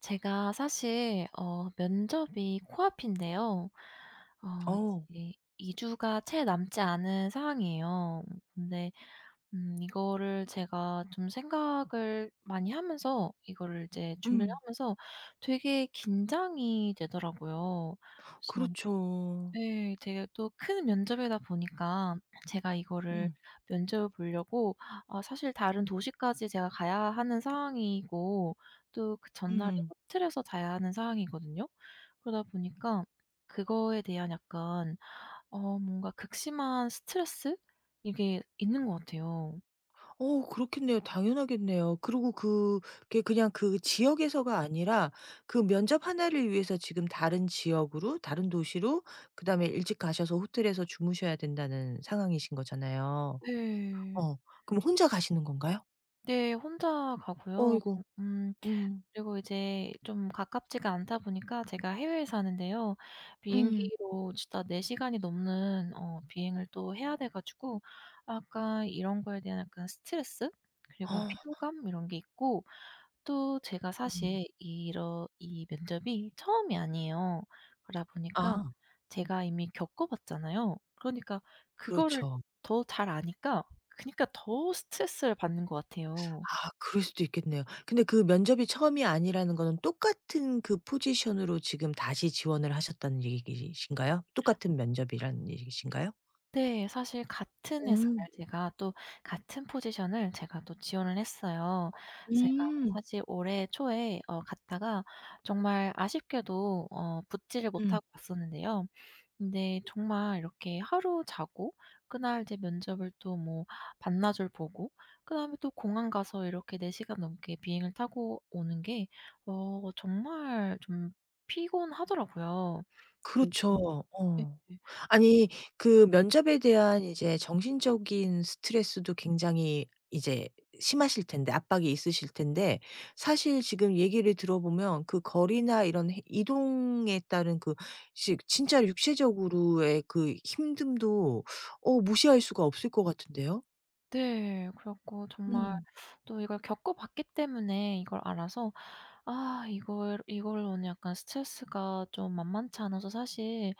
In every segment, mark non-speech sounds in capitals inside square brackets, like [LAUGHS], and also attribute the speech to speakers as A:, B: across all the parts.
A: 제가 사실 면접이 코앞인데요. 어
B: 어.
A: 이제 2주 주가 채 남지 않은 상황이에요. 근데 이거를 제가 좀 생각을 많이 하면서 이거를 이제 준비를
B: 음.
A: 하면서 되게 긴장이 되더라고요. 그래서
B: 그렇죠.
A: 네, 되게 또 큰 면접이다 보니까 제가 이거를
B: 음.
A: 면접을 보려고 사실 다른 도시까지 제가 가야 하는 상황이고 또 그 전날에
B: 음.
A: 호텔에서 자야 하는 상황이거든요. 그러다 보니까 그거에 대한 약간 뭔가 극심한 스트레스? 이게 있는 것 같아요.
B: 그렇겠네요. 당연하겠네요. 그리고 그게 그냥 그 지역에서가 아니라 그 면접 하나를 위해서 지금 다른 지역으로 다른 도시로 그다음에 일찍 가셔서 호텔에서 주무셔야 된다는 상황이신 거잖아요.
A: 네.
B: 어. 그럼 혼자 가시는 건가요?
A: 네. 혼자 가고요.
B: 어이고.
A: 음
B: 음.
A: 그리고 이제 좀 가깝지가 않다 보니까 제가 해외에 사는데요.
B: 음.
A: 비행기로 진짜 4시간 시간이 넘는 비행을 또 해야 돼 가지고 약간 이런 거에 대한 약간 스트레스 그리고
B: 아
A: 피로감 이런 게 있고 또 제가
B: 음.
A: 사실 이러 이 면접이 처음이 아니에요. 그러다 보니까
B: 아
A: 제가 이미 겪어 봤잖아요. 그러니까 그거를
B: 그렇죠.
A: 더 잘 아니까 그니까 러더 스트레스를 받는 것 같아요.
B: 아 그럴 수도 있겠네요. 근데 그 면접이 처음이 아니라는 거는 똑같은 그 포지션으로 지금 다시 지원을 하셨다는 얘기이신가요? 똑같은 면접이라는 얘기신가요?
A: 네. 사실 같은 회사를
B: 음,
A: 제가 또 같은 포지션을 제가 또 지원을 했어요. 제가
B: 음.
A: 사실 올해 초에 갔다가 정말 아쉽게도 붙지를
B: 음.
A: 못하고 갔었는데요. 근데 정말 이렇게 하루 자고 그날 이제 면접을 또 뭐 반나절 보고 그다음에 또 공항 가서 이렇게 4시간 시간 넘게 비행을 타고 오는 게 정말 좀 피곤하더라고요. 그
B: 그렇죠. 어.
A: 네.
B: 아니 그 면접에 대한 이제 정신적인 스트레스도 굉장히 이제 심하실 텐데 압박이 있으실 텐데 사실 지금 얘기를 들어보면 그 거리나 이런 해 이동에 따른 그 시 진짜 육체적으로의 그 힘듦도 무시할 수가 없을 것 같은데요?
A: 네. 그래 갖고 정말
B: 음.
A: 또 이걸 겪어봤기 때문에 이걸 알아서 아 이걸로 오는 약간 스트레스가 좀 만만치 않아서 사실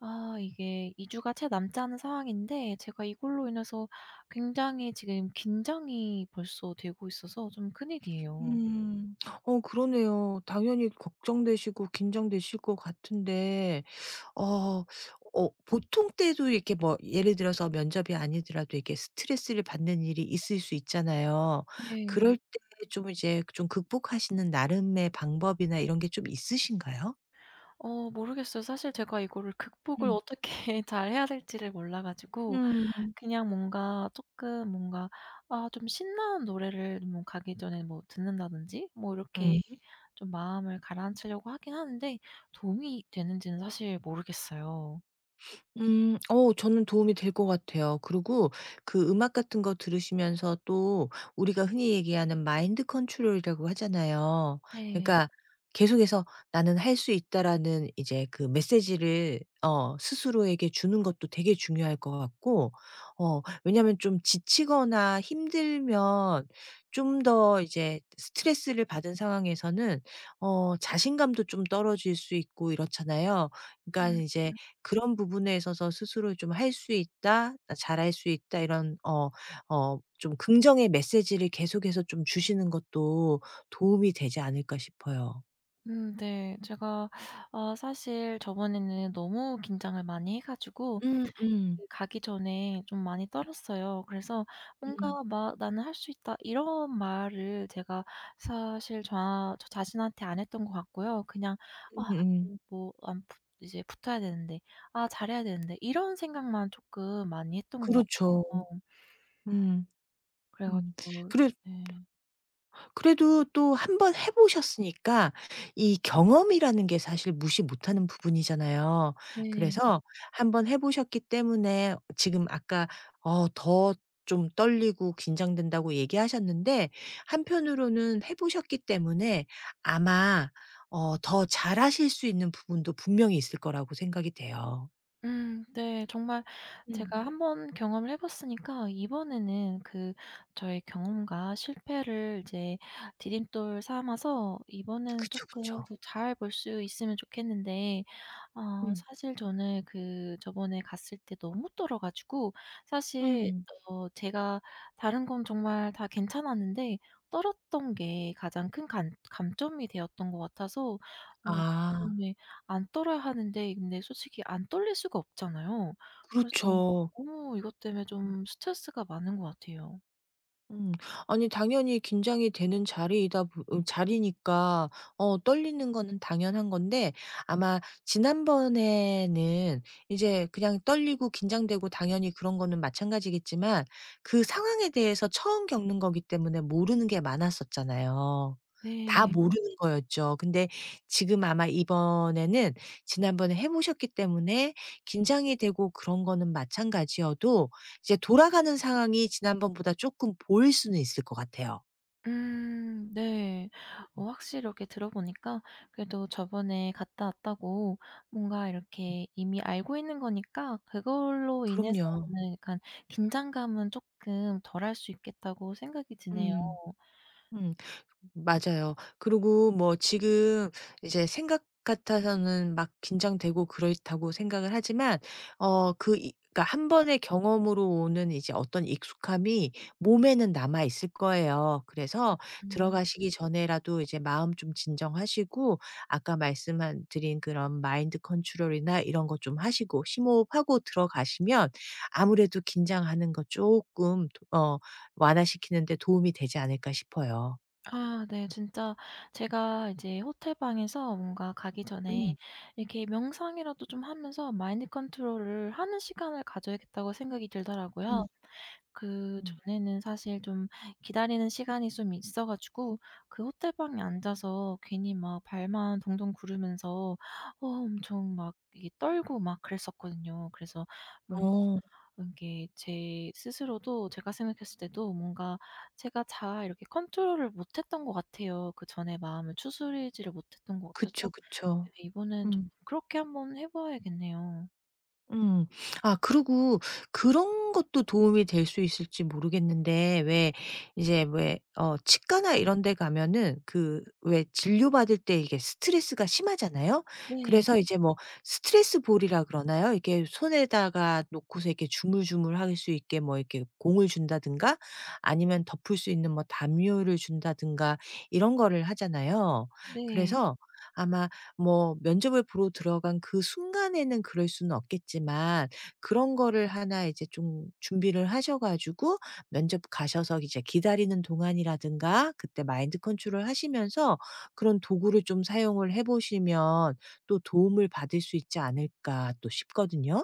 A: 아 이게 2주 주가 채 남지 않은 상황인데 제가 이걸로 인해서 굉장히 지금 긴장이 벌써 되고 있어서 좀 큰일이에요.
B: 음. 그러네요. 당연히 걱정되시고 긴장되실 것 같은데 어. 보통 때도 이렇게 뭐 예를 들어서 면접이 아니더라도 이렇게 스트레스를 받는 일이 있을 수 있잖아요.
A: 네.
B: 그럴 때 좀 이제 좀 극복하시는 나름의 방법이나 이런 게 좀 있으신가요?
A: 모르겠어요. 사실 제가 이거를 극복을
B: 음.
A: 어떻게 [LAUGHS] 잘해야 될지를 몰라 가지고
B: 음.
A: 그냥 뭔가 조금 뭔가 좀 신나는 노래를 뭐 가기 전에 뭐 듣는다든지 뭐 이렇게
B: 음.
A: 좀 마음을 가라앉히려고 하긴 하는데 도움이 되는지는 사실 모르겠어요.
B: 음. 저는 도움이 될 것 같아요. 그리고 그 음악 같은 거 들으시면서 또 우리가 흔히 얘기하는 마인드 컨트롤이라고 하잖아요.
A: 네.
B: 그러니까 계속해서 '나는 할 수 있다.'라는 이제 그 메시지를 스스로에게 주는 것도 되게 중요할 것 같고 왜냐하면 좀 지치거나 힘들면 좀 더 이제 스트레스를 받은 상황에서는 자신감도 좀 떨어질 수 있고 이렇잖아요. 그러니까
A: 음
B: 이제 그런 부분에 있어서 스스로 좀 '할 수 있다. 나 잘할 수 있다.' 이런 좀 긍정의 메시지를 계속해서 좀 주시는 것도 도움이 되지 않을까 싶어요.
A: 네. 제가 사실 저번에는 너무 긴장을 많이 해 가지고
B: 음 음.
A: 가기 전에 좀 많이 떨었어요. 그래서
B: 음.
A: 뭔가 막 "나는 할 수 있다." 이런 말을 제가 사실 저 자신한테 안 했던 것 같고요. 그냥 '아
B: 음음.
A: 뭐 안 붙 이제 붙어야 되는데. 아 잘해야 되는데.' 이런 생각만 조금 많이 했던 것 같아요.
B: 그렇죠. 음.
A: 그래
B: 음.
A: 가지고
B: 그래
A: 네.
B: 그래도 또 한 번 해 보셨으니까 이 경험이라는 게 사실 무시 못하는 부분이잖아요.
A: 네.
B: 그래서 한 번 해 보셨기 때문에 지금 아까 더 좀 떨리고 긴장된다고 얘기하셨는데 한편으로는 해 보셨기 때문에 아마 더 잘하실 수 있는 부분도 분명히 있을 거라고 생각이 돼요.
A: 네. 정말
B: 음.
A: 제가 한번 경험을 해 봤으니까 이번에는 그 저의 경험과 실패를 이제 디딤돌 삼아서 이번에는
B: 그쵸,
A: 조금
B: 그쵸.
A: 더 잘 볼 수 있으면 좋겠는데
B: 음.
A: 사실 저는 그 저번에 갔을 때 너무 떨어 가지고 사실
B: 음.
A: 제가 다른 건 정말 다 괜찮았는데 떨었던 게 가장 큰 감점이 되었던 것 같아서 어
B: 아
A: 안 떨어야 하는데 근데 솔직히 안 떨릴 수가 없잖아요. 그래서
B: 그렇죠.
A: 너무 이것 때문에 좀 스트레스가 많은 것 같아요.
B: 음. 아니 당연히 긴장이 되는 자리이다 보 어 자리니까 떨리는 거는 당연한 건데 아마 지난번에는 이제 그냥 떨리고 긴장되고 당연히 그런 거는 마찬가지겠지만 그 상황에 대해서 처음 겪는 거기 때문에 모르는 게 많았었잖아요. 다
A: 네.
B: 모르는 거였죠. 근데 지금 아마 이번에는 지난번에 해 보셨기 때문에 긴장이 되고 그런 거는 마찬가지여도 이제 돌아가는 상황이 지난번보다 쪼끔 보일 수는 있을 것 같아요.
A: 네. 확실히 이렇게 들어보니까 그래도 저번에 갔다 왔다고 뭔가 이렇게 이미 알고 있는 거니까 그걸로 인해서
B: 그럼요.
A: 오는 약간 긴장감은 쪼끔 덜 할 수 있겠다고 생각이 드네요.
B: 음. 음. 맞아요. 그리고 뭐 지금 이제 생각 같아서는 막 긴장되고 그렇다고 생각을 하지만 어 그 이 그러니까 한 번의 경험으로 오는 이제 어떤 익숙함이 몸에는 남아 있을 거예요. 그래서
A: 음.
B: 들어가시기 전에라도 이제 마음 좀 진정하시고 아까 말씀한 드린 그런 마인드 컨트롤이나 이런 거 좀 하시고 심호흡하고 들어가시면 아무래도 긴장하는 거 조금 어 완화시키는 데 도움이 되지 않을까 싶어요.
A: 아 네. 진짜 제가 이제 호텔 방에서 뭔가 가기 전에
B: 음.
A: 이렇게 명상이라도 좀 하면서 마인드 컨트롤을 하는 시간을 가져야겠다고 생각이 들더라고요.
B: 음. 음.
A: 그전에는 사실 좀 기다리는 시간이 좀 있어 가지고 그 호텔 방에 앉아서 괜히 막 발만 동동 구르면서 엄청 막 이게 떨고 막 그랬었거든요. 그래서 뭔
B: 음. 어.
A: 이게 제 스스로도 제가 생각했을 때도 뭔가 제가 잘 이렇게 컨트롤을 못했던 것 같아요. 그전에 마음을 추스리지를 못했던 것
B: 그쵸,
A: 같아서
B: 그쵸.
A: 네 이번엔 좀
B: 음.
A: 그렇게 한번 해 봐야겠네요.
B: 음. 아 그리고 그런 것도 도움이 될 수 있을지 모르겠는데 왜 이제 왜 치과나 이런 데 가면은 그 왜 진료받을 때 이게 스트레스가 심하잖아요.
A: 네.
B: 그래서 이제 뭐 스트레스 볼이라 그러나요? 이게 손에다가 놓고서 이렇게 주물주물 할 수 있게 뭐 이렇게 공을 준다든가 아니면 덮을 수 있는 뭐 담요를 준다든가 이런 거를 하잖아요.
A: 네.
B: 그래서 아마 뭐 면접을 보러 들어간 그 순간에는 그럴 수는 없겠지만 그런 거를 하나 이제 좀 준비를 하셔 가지고 면접 가셔서 이제 기다리는 동안이라든가 그때 마인드 컨트롤 하시면서 그런 도구를 좀 사용을 해 보시면 또 도움을 받을 수 있지 않을까 또 싶거든요.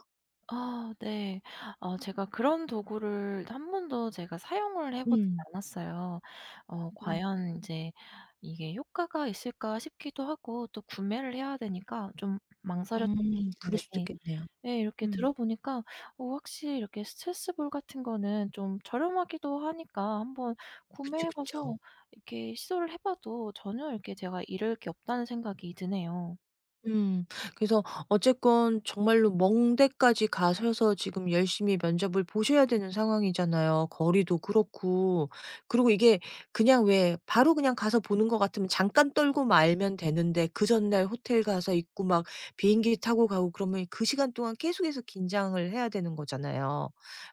A: 아 네. 제가 그런 도구를 한 번도 제가 사용을 해 보지
B: 음.
A: 않았어요.
B: 음.
A: 과연 이제 이게 '효과가 있을까?' 싶기도 하고 또 구매를 해야 되니까 좀 망설였던 게
B: 음. 그럴 수도
A: 있는데
B: 있겠네요.
A: 네. 이렇게
B: 음.
A: 들어보니까 확실히 이렇게 스트레스볼 같은 거는 좀 저렴하기도 하니까 한번
B: 그쵸,
A: 구매해 봐서
B: 그쵸.
A: 이렇게 시도를 해 봐도 전혀 이렇게 제가 잃을 게 없다는 생각이 드네요.
B: 음. 그래서 어쨌건 정말로 먼 데까지 가셔서 지금 열심히 면접을 보셔야 되는 상황이잖아요. 거리도 그렇고. 그리고 이게 그냥 왜 바로 그냥 가서 보는 것 같으면 잠깐 떨고 말면 되는데 그 전날 호텔 가서 있고 막 비행기 타고 가고 그러면 그 시간 동안 계속해서 긴장을 해야 되는 거잖아요.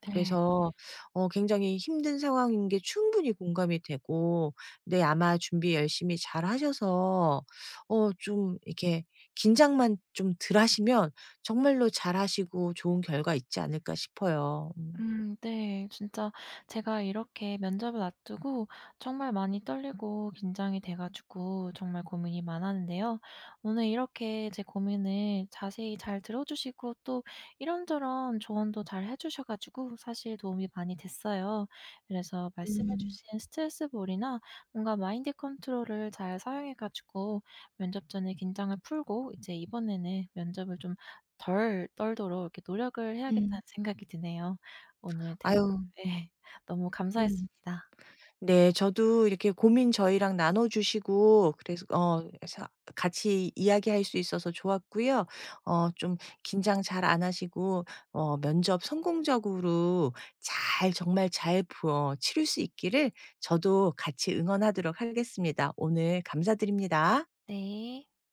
A: 네.
B: 그래서 굉장히 힘든 상황인 게 충분히 공감이 되고 근데 아마 준비 열심히 잘 하셔서 좀 이렇게 긴장만 좀 덜 하시면 정말로 잘하시고 좋은 결과 있지 않을까 싶어요. 음.
A: 네. 진짜 제가 이렇게 면접을 앞두고 정말 많이 떨리고 긴장이 돼 가지고 정말 고민이 많았는데요. 오늘 이렇게 제 고민을 자세히 잘 들어 주시고 또 이런저런 조언도 잘 해 주셔 가지고 사실 도움이 많이 됐어요. 그래서 말씀해
B: 음.
A: 주신 스트레스볼이나 뭔가 마인드 컨트롤을 잘 사용해 가지고 면접 전에 긴장을 풀고 이제 이번에는 면접을 좀 덜 떨도록 이렇게 노력을
B: 음.
A: 해야겠다는 생각이 드네요. 오늘 대화
B: 아유.
A: 네, [LAUGHS] 너무
B: 음.
A: 감사했습니다.
B: 네. 저도 이렇게 고민 저희랑 나눠 주시고 그래서 같이 이야기할 수 있어서 좋았고요. 좀 긴장 잘 안 하시고 면접 성공적으로 잘 정말 치를 수 있기를 저도 같이 응원하도록 하겠습니다. 오늘 감사드립니다.
A: 네.